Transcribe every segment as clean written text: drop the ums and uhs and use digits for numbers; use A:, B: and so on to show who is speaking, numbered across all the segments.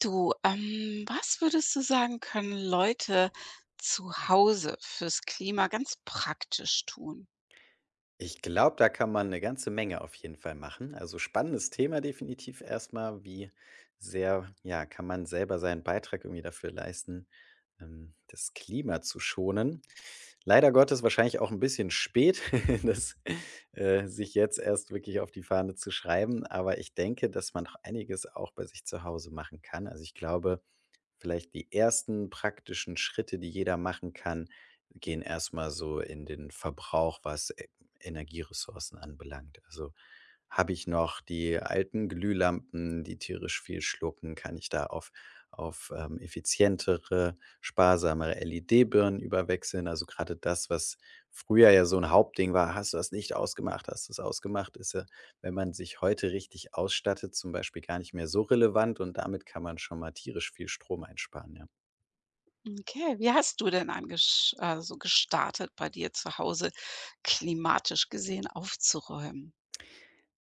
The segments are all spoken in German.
A: Du, was würdest du sagen, können Leute zu Hause fürs Klima ganz praktisch tun?
B: Ich glaube, da kann man eine ganze Menge auf jeden Fall machen. Also, spannendes Thema definitiv erstmal, wie sehr, ja, kann man selber seinen Beitrag irgendwie dafür leisten, das Klima zu schonen. Leider Gottes wahrscheinlich auch ein bisschen spät, das, sich jetzt erst wirklich auf die Fahne zu schreiben, aber ich denke, dass man doch einiges auch bei sich zu Hause machen kann. Also, ich glaube vielleicht die ersten praktischen Schritte, die jeder machen kann, gehen erstmal so in den Verbrauch, was E Energieressourcen anbelangt. Also, habe ich noch die alten Glühlampen, die tierisch viel schlucken? Kann ich da auf effizientere, sparsamere LED-Birnen überwechseln? Also, gerade das, was früher ja so ein Hauptding war: „Hast du das nicht ausgemacht? Hast du es ausgemacht?“ Ist ja, wenn man sich heute richtig ausstattet, zum Beispiel gar nicht mehr so relevant, und damit kann man schon mal tierisch viel Strom einsparen, ja.
A: Okay, wie hast du denn angesch so gestartet, bei dir zu Hause klimatisch gesehen aufzuräumen?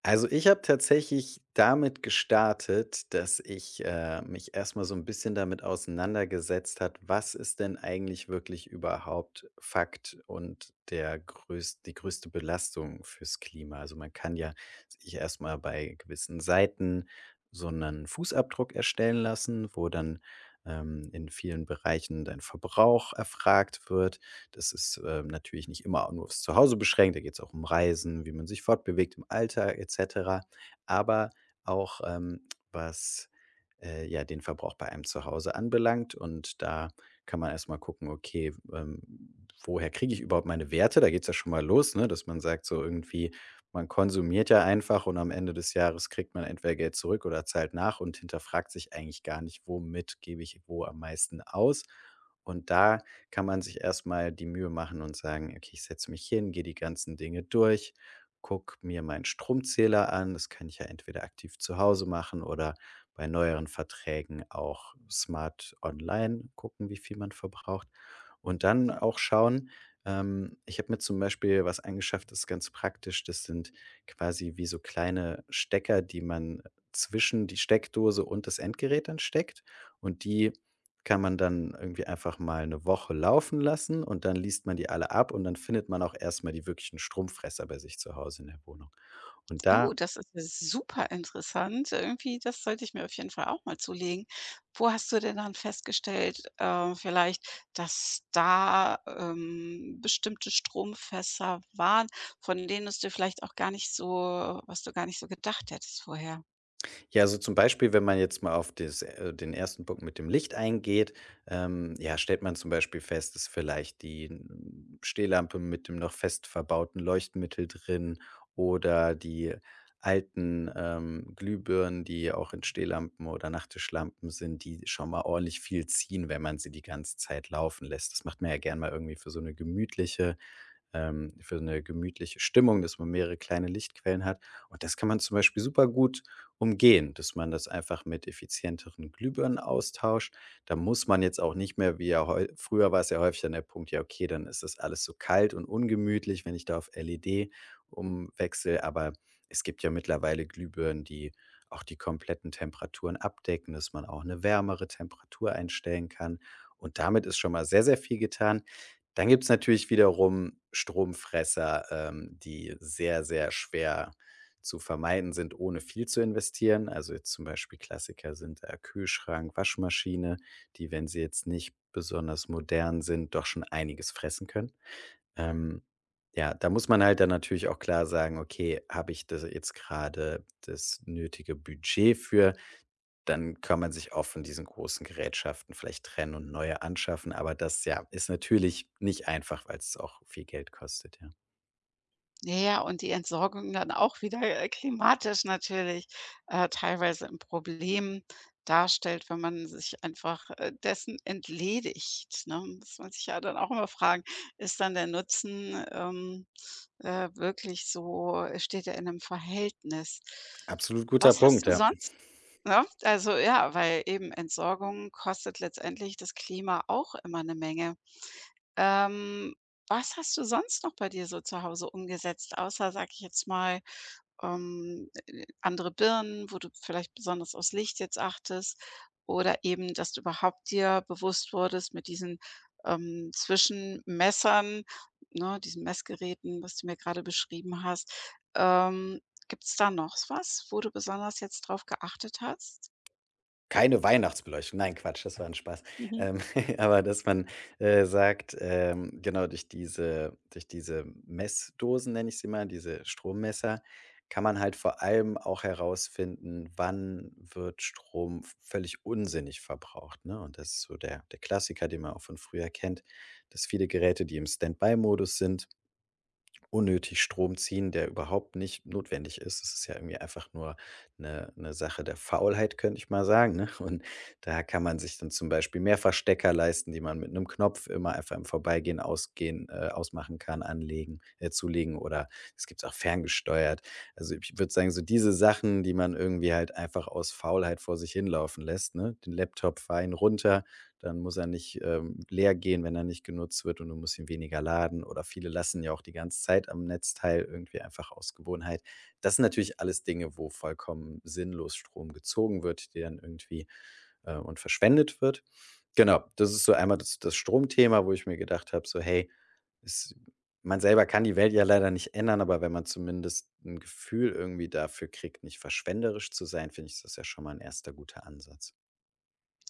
B: Also, ich habe tatsächlich damit gestartet, dass ich, mich erst mal so ein bisschen damit auseinandergesetzt hat, was ist denn eigentlich wirklich überhaupt Fakt und der größ die größte Belastung fürs Klima? Also, man kann ja sich erst mal bei gewissen Seiten so einen Fußabdruck erstellen lassen, wo dann, in vielen Bereichen dein Verbrauch erfragt wird. Das ist, natürlich nicht immer nur aufs Zuhause beschränkt. Da geht es auch um Reisen, wie man sich fortbewegt im Alltag et cetera, aber auch, was, ja, den Verbrauch bei einem Zuhause anbelangt. Und da kann man erst mal gucken, okay, woher kriege ich überhaupt meine Werte? Da geht es ja schon mal los, ne, dass man sagt so irgendwie, man konsumiert ja einfach und am Ende des Jahres kriegt man entweder Geld zurück oder zahlt nach und hinterfragt sich eigentlich gar nicht, womit gebe ich wo am meisten aus. Und da kann man sich erstmal die Mühe machen und sagen: „Okay, ich setze mich hin, gehe die ganzen Dinge durch, guck mir meinen Stromzähler an.“ Das kann ich ja entweder aktiv zu Hause machen oder bei neueren Verträgen auch smart online gucken, wie viel man verbraucht. Und dann auch schauen, ich habe mir zum Beispiel was angeschafft, das ist ganz praktisch. Das sind quasi wie so kleine Stecker, die man zwischen die Steckdose und das Endgerät dann steckt, und die kann man dann irgendwie einfach mal eine Woche laufen lassen, und dann liest man die alle ab, und dann findet man auch erst mal die wirklichen Strumpfresser bei sich zu Hause in der Wohnung. Und da
A: Oh, das ist ja super interessant. Irgendwie, das sollte ich mir auf jeden Fall auch mal zulegen. Wo hast du denn dann festgestellt, vielleicht, dass da bestimmte Stromfässer waren, von denen es dir vielleicht auch gar nicht so, was du gar nicht so gedacht hättest vorher?
B: Ja, also zum Beispiel, wenn man jetzt mal auf den ersten Punkt mit dem Licht eingeht, ja, stellt man zum Beispiel fest, ist vielleicht die Stehlampe mit dem noch fest verbauten Leuchtmittel drin oder die alten Glühbirnen, die auch in Stehlampen oder Nachttischlampen sind, die schon mal ordentlich viel ziehen, wenn man sie die ganze Zeit laufen lässt. Das macht man ja gern mal irgendwie für so eine gemütliche für eine gemütliche Stimmung, dass man mehrere kleine Lichtquellen hat. Und das kann man zum Beispiel super gut umgehen, dass man das einfach mit effizienteren Glühbirnen austauscht. Da muss man jetzt auch nicht mehr, wie ja heu früher war's ja häufig dann der Punkt: „Ja, okay, dann ist das alles so kalt und ungemütlich, wenn ich da auf LED umwechsle.“ Aber es gibt ja mittlerweile Glühbirnen, die auch die kompletten Temperaturen abdecken, dass man auch eine wärmere Temperatur einstellen kann. Und damit ist schon mal sehr, sehr viel getan. Dann gibt es natürlich wiederum Stromfresser, die sehr, sehr schwer zu vermeiden sind, ohne viel zu investieren. Also, jetzt zum Beispiel Klassiker sind, Kühlschrank, Waschmaschine, die, wenn sie jetzt nicht besonders modern sind, doch schon einiges fressen können. Ähm, ja, da muss man halt dann natürlich auch klar sagen: „Okay, habe ich das jetzt gerade das nötige Budget für? Dann kann man sich auch von diesen großen Gerätschaften vielleicht trennen und neue anschaffen.“ Aber das, ja, ist natürlich nicht einfach, weil es auch viel Geld kostet, ja.
A: Ja, ja, und die Entsorgung dann auch wieder, klimatisch natürlich, teilweise ein Problem darstellt, wenn man sich einfach, dessen entledigt, ne? Muss man sich ja dann auch immer fragen: „Ist dann der Nutzen, wirklich so steht er in einem Verhältnis?“
B: Absolut guter
A: Was
B: Punkt,
A: hast du
B: ja.
A: sonst, ne? Also, ja, weil eben Entsorgung kostet letztendlich das Klima auch immer eine Menge. Ähm, was hast du sonst noch bei dir so zu Hause umgesetzt, außer, sage ich jetzt mal, andere Birnen, wo du vielleicht besonders aufs Licht jetzt achtest oder eben, dass du überhaupt dir bewusst wurdest mit diesen, Zwischenmessern, ne, diesen Messgeräten, was du mir gerade beschrieben hast. Ähm, Gibt es da noch was, wo du besonders jetzt drauf geachtet hast?
B: Keine Weihnachtsbeleuchtung. Nein, Quatsch, das war ein Spaß.
A: Mhm.
B: Ähm, aber dass man, sagt, genau, durch diese Messdosen, nenne ich sie mal, diese Strommesser, kann man halt vor allem auch herausfinden, wann wird Strom v völlig unsinnig verbraucht, ne? Und das ist so der Klassiker, den man auch von früher kennt, dass viele Geräte, die im Standby-Modus sind, unnötig Strom ziehen, der überhaupt nicht notwendig ist. Es ist ja irgendwie einfach nur eine 'ne Sache der Faulheit, könnte ich mal sagen, ne? Und da kann man sich dann zum Beispiel Mehrfachstecker leisten, die man mit einem Knopf immer einfach im Vorbeigehen ausgehen ausmachen kann, anlegen zulegen, oder das gibt's auch ferngesteuert. Also, ich würde sagen, so diese Sachen, die man irgendwie halt einfach aus Faulheit vor sich hinlaufen lässt, ne? Den Laptop fein runter, dann muss er nicht, leer gehen, wenn er nicht genutzt wird, und du musst ihn weniger laden, oder viele lassen ja auch die ganze Zeit am Netzteil, irgendwie einfach aus Gewohnheit. Das sind natürlich alles Dinge, wo vollkommen sinnlos Strom gezogen wird, der dann irgendwie, und verschwendet wird. Genau, das ist so einmal das Stromthema, wo ich mir gedacht habe, so: „Hey, es man selber kann die Welt ja leider nicht ändern, aber wenn man zumindest ein Gefühl irgendwie dafür kriegt, nicht verschwenderisch zu sein, finde ich, ist das ja schon mal ein erster guter Ansatz.“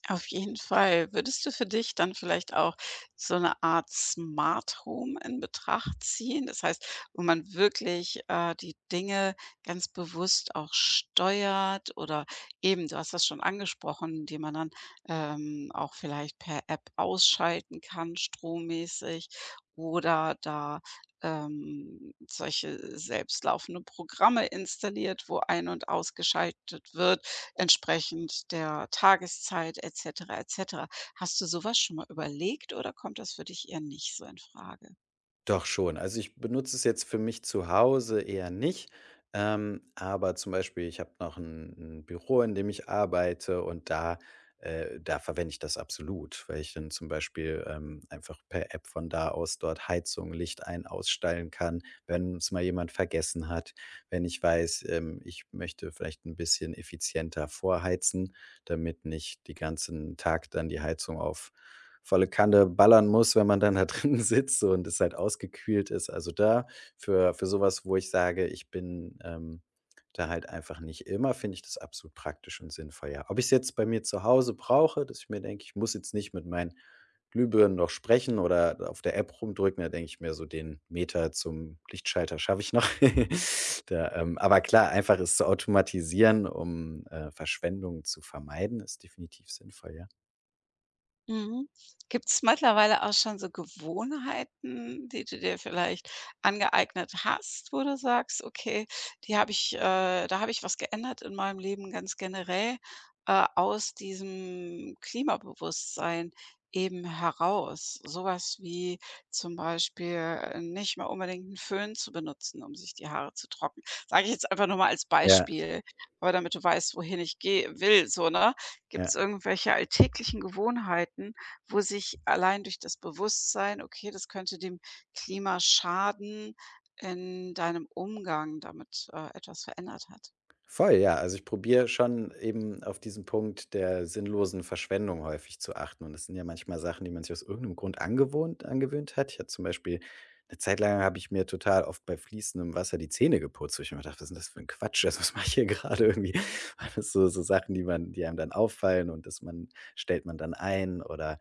A: Auf jeden Fall. Würdest du für dich dann vielleicht auch so eine Art Smart Home in Betracht ziehen? Das heißt, wo man wirklich, die Dinge ganz bewusst auch steuert oder eben, du hast das schon angesprochen, die man dann, auch vielleicht per App ausschalten kann, strommäßig oder da, solche selbstlaufende Programme installiert, wo ein und ausgeschaltet wird entsprechend der Tageszeit et cetera, et cetera. Hast du sowas schon mal überlegt oder kommt das für dich eher nicht so in Frage?
B: Doch, schon. Also, ich benutze es jetzt für mich zu Hause eher nicht, aber zum Beispiel, ich habe noch ein 'n Büro, in dem ich arbeite, und da verwende ich das absolut, weil ich dann zum Beispiel, einfach per App von da aus dort Heizung, Licht ein ausstellen kann, wenn es mal jemand vergessen hat. Wenn ich weiß, ich möchte vielleicht ein bisschen effizienter vorheizen, damit nicht die ganzen Tag dann die Heizung auf volle Kanne ballern muss, wenn man dann da drin sitzt und es halt ausgekühlt ist. Also da, für sowas, wo ich sage, ich bin, da halt einfach nicht immer, finde ich das absolut praktisch und sinnvoll, ja. Ob ich es jetzt bei mir zu Hause brauche, dass ich mir denke, ich muss jetzt nicht mit meinen Glühbirnen noch sprechen oder auf der App rumdrücken, da denke ich mir so, den Meter zum Lichtschalter schaffe ich noch. Aber klar, einfach es zu automatisieren, um, Verschwendung zu vermeiden, ist definitiv sinnvoll, ja.
A: Mhm. Gibt es mittlerweile auch schon so Gewohnheiten, die du dir vielleicht angeeignet hast, wo du sagst: „Okay, die habe ich, da habe ich was geändert in meinem Leben ganz generell, aus diesem Klimabewusstsein eben heraus.“ Sowas wie zum Beispiel, nicht mehr unbedingt einen Föhn zu benutzen, um sich die Haare zu trocknen. Sage ich jetzt einfach nur mal als
B: Ja,
A: Beispiel, aber damit du weißt, wohin ich gehe will, so, ne? Gibt
B: ja.
A: es irgendwelche alltäglichen Gewohnheiten, wo sich allein durch das Bewusstsein, okay, das könnte dem Klima schaden, in deinem Umgang damit, etwas verändert hat?
B: Voll, ja. Also, ich probiere schon eben auf diesen Punkt der sinnlosen Verschwendung häufig zu achten. Und das sind ja manchmal Sachen, die man sich aus irgendeinem Grund angewohnt angewöhnt hat. Ich hatte zum Beispiel Eine Zeit lang habe ich mir total oft bei fließendem Wasser die Zähne geputzt, wo ich mir gedacht: „Was ist denn das für ein Quatsch? Also, was mache ich hier gerade irgendwie?“ Alles so Sachen, die einem dann auffallen, und das man stellt man dann ein, oder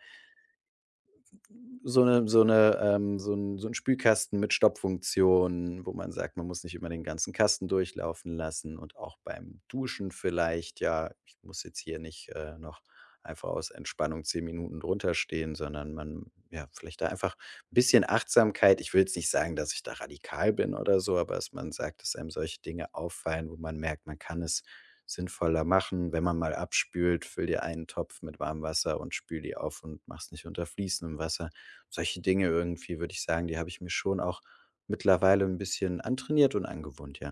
B: so eine so eine so ein so 'n Spülkasten mit Stoppfunktion, wo man sagt, man muss nicht immer den ganzen Kasten durchlaufen lassen, und auch beim Duschen vielleicht, ja, ich muss jetzt hier nicht, noch einfach aus Entspannung 10 Minuten drunter stehen, sondern, man, ja, vielleicht da einfach ein bisschen Achtsamkeit. Ich will jetzt nicht sagen, dass ich da radikal bin oder so, aber dass man sagt, dass einem solche Dinge auffallen, wo man merkt, man kann es sinnvoller machen, wenn man mal abspült, füll dir einen Topf mit warmem Wasser und spül die auf und mach's nicht unter fließendem Wasser. Solche Dinge irgendwie, würde ich sagen, die habe ich mir schon auch mittlerweile ein bisschen antrainiert und angewohnt, ja.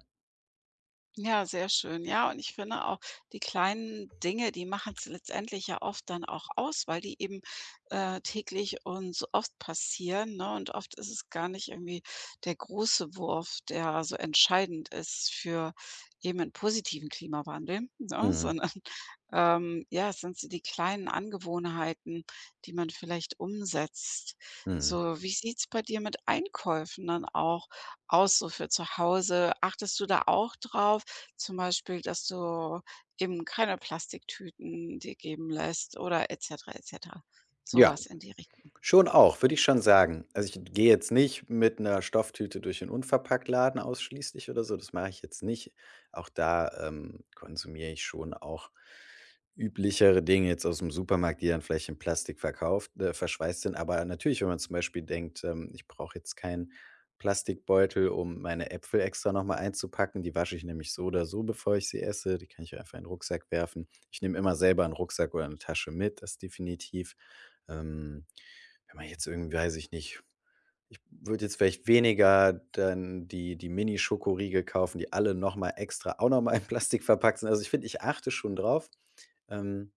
A: Ja, sehr schön. Ja, und ich finde auch, die kleinen Dinge, die machen es letztendlich ja oft dann auch aus, weil die eben, täglich und so oft passieren, ne? Und oft ist es gar nicht irgendwie der große Wurf, der so entscheidend ist für eben 'n positiven Klimawandel, ne?
B: Mhm,
A: Sondern, ja, es sind so die kleinen Angewohnheiten, die man vielleicht umsetzt.
B: mhm.
A: So, wie sieht's bei dir mit Einkäufen dann auch aus, so für zu Hause? Achtest du da auch drauf? Zum Beispiel, dass du eben keine Plastiktüten dir geben lässt oder et cetera, et cetera. So
B: Ja.
A: in die Richtung.
B: Schon auch, würde ich schon sagen. Also, ich gehe jetzt nicht mit einer Stofftüte durch den Unverpacktladen ausschließlich oder so, das mache ich jetzt nicht. Auch da, konsumiere ich schon auch üblichere Dinge jetzt aus dem Supermarkt, die dann vielleicht in Plastik verkauft verschweißt sind. Aber natürlich, wenn man zum Beispiel denkt, ich brauche jetzt keinen Plastikbeutel, um meine Äpfel extra noch mal einzupacken. Die wasche ich nämlich so oder so, bevor ich sie esse. Die kann ich einfach in 'n Rucksack werfen. Ich nehme immer selber einen Rucksack oder eine Tasche mit, das definitiv. Ähm Wenn man jetzt irgendwie, weiß ich nicht, ich würde jetzt vielleicht weniger dann die Mini-Schokoriegel kaufen, die alle noch mal extra auch nochmal in Plastik verpackt sind. Also, ich finde, ich achte schon drauf. Ähm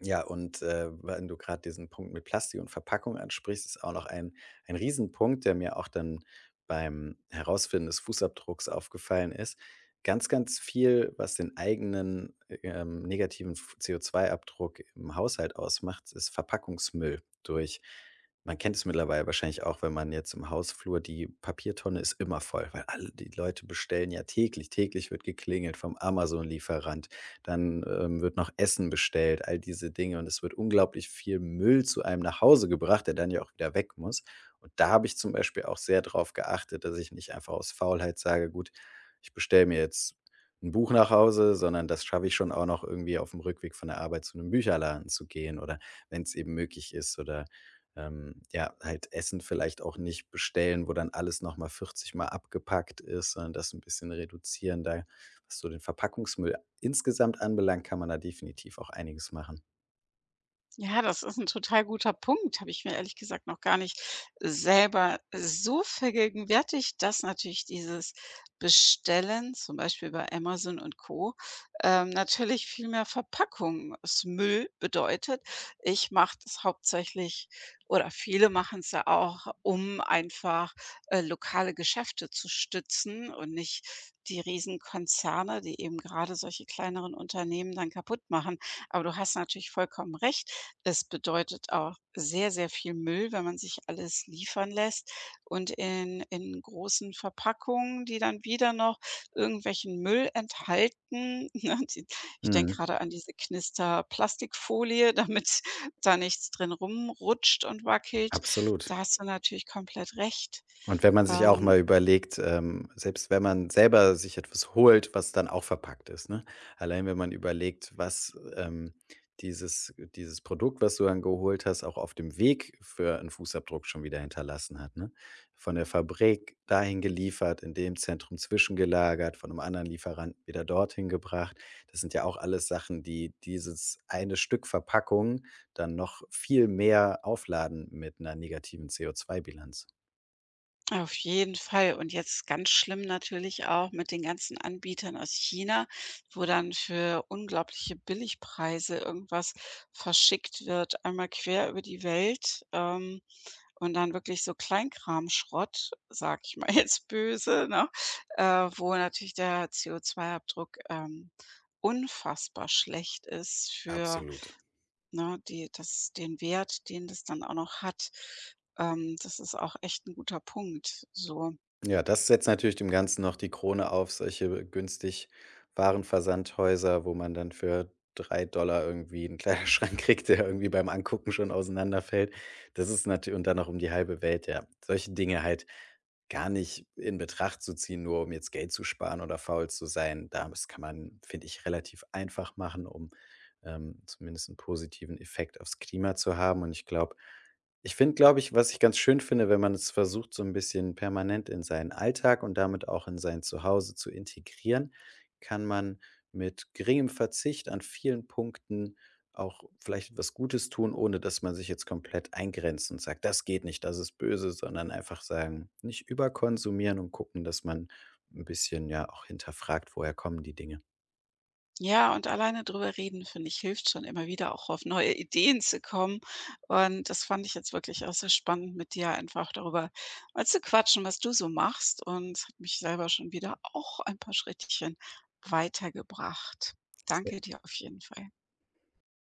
B: ja, und, wenn du gerade diesen Punkt mit Plastik und Verpackung ansprichst, ist auch noch ein Riesenpunkt, der mir auch dann beim Herausfinden des Fußabdrucks aufgefallen ist. Ganz, ganz viel, was den eigenen, negativen F CO2-Abdruck im Haushalt ausmacht, ist Verpackungsmüll. Durch Man kennt es mittlerweile wahrscheinlich auch, wenn man jetzt im Hausflur die Papiertonne ist immer voll, weil alle die Leute bestellen ja täglich. Täglich wird geklingelt vom Amazon-Lieferant, dann, wird noch Essen bestellt, all diese Dinge, und es wird unglaublich viel Müll zu einem nach Hause gebracht, der dann ja auch wieder weg muss. Und da habe ich zum Beispiel auch sehr drauf geachtet, dass ich nicht einfach aus Faulheit sage: „Gut, ich bestelle mir jetzt ein Buch nach Hause“, sondern das schaffe ich schon auch noch irgendwie, auf dem Rückweg von der Arbeit zu einem Bücherladen zu gehen, oder wenn es eben möglich ist, oder, ja, halt Essen vielleicht auch nicht bestellen, wo dann alles noch mal 40 Mal abgepackt ist, sondern das ein bisschen reduzieren. Da, was so den Verpackungsmüll insgesamt anbelangt, kann man da definitiv auch einiges machen.
A: Ja, das ist ein total guter Punkt. Habe ich mir ehrlich gesagt noch gar nicht selber so vergegenwärtigt, dass natürlich dieses Bestellen, zum Beispiel bei Amazon und Co., natürlich viel mehr Verpackungsmüll bedeutet. Ich mache das hauptsächlich oder viele machen es ja auch, um einfach, lokale Geschäfte zu stützen und nicht die Riesenkonzerne, die eben gerade solche kleineren Unternehmen dann kaputt machen. Aber du hast natürlich vollkommen recht. Es bedeutet auch sehr, sehr viel Müll, wenn man sich alles liefern lässt und in großen Verpackungen, die dann wieder noch irgendwelchen Müll enthalten, ne? Die ich denke
B: Mhm,
A: gerade an diese Knister-Plastikfolie, damit da nichts drin rumrutscht und wackelt.
B: absolut.
A: Da hast du natürlich komplett recht.
B: Und wenn man sich auch
A: Ähm,
B: mal überlegt, selbst wenn man selber sich etwas holt, was dann auch verpackt ist, ne? Allein wenn man überlegt, was, dieses Produkt, was du dann geholt hast, auch auf dem Weg für einen Fußabdruck schon wieder hinterlassen hat, ne? Von der Fabrik dahin geliefert, in dem Zentrum zwischengelagert, von einem anderen Lieferanten wieder dorthin gebracht. Das sind ja auch alles Sachen, die dieses eine Stück Verpackung dann noch viel mehr aufladen mit einer negativen CO2-Bilanz.
A: Auf jeden Fall. Und jetzt ganz schlimm natürlich auch mit den ganzen Anbietern aus China, wo dann für unglaubliche Billigpreise irgendwas verschickt wird, einmal quer über die Welt, und dann wirklich so Kleinkramschrott, sage ich mal jetzt böse, ne? Wo natürlich der CO2-Abdruck, unfassbar schlecht ist für,
B: Absolut.
A: ne, die das den Wert, den das dann auch noch hat. Das ist auch echt ein guter Punkt, so.
B: Ja, das setzt natürlich dem Ganzen noch die Krone auf, solche günstig Warenversandhäuser, wo man dann für 3 Dollar irgendwie 'n Kleiderschrank kriegt, der irgendwie beim Angucken schon auseinanderfällt. Das ist natürlich, und dann noch um die halbe Welt, ja. Solche Dinge halt gar nicht in Betracht zu ziehen, nur um jetzt Geld zu sparen oder faul zu sein. Da Das kann man, finde ich, relativ einfach machen, um, zumindest einen positiven Effekt aufs Klima zu haben. Ich finde, glaube ich, was ich ganz schön finde: wenn man es versucht, so ein bisschen permanent in seinen Alltag und damit auch in sein Zuhause zu integrieren, kann man mit geringem Verzicht an vielen Punkten auch vielleicht was Gutes tun, ohne dass man sich jetzt komplett eingrenzt und sagt: „Das geht nicht, das ist böse“, sondern einfach sagen, nicht überkonsumieren und gucken, dass man ein bisschen, ja, auch hinterfragt, woher kommen die Dinge.
A: Ja, und alleine drüber reden, finde ich, hilft schon immer wieder auch auf neue Ideen zu kommen. Und das fand ich jetzt wirklich auch so spannend, mit dir einfach darüber mal zu quatschen, was du so machst. Und hat mich selber schon wieder auch ein paar Schrittchen weitergebracht. Danke dir auf jeden Fall.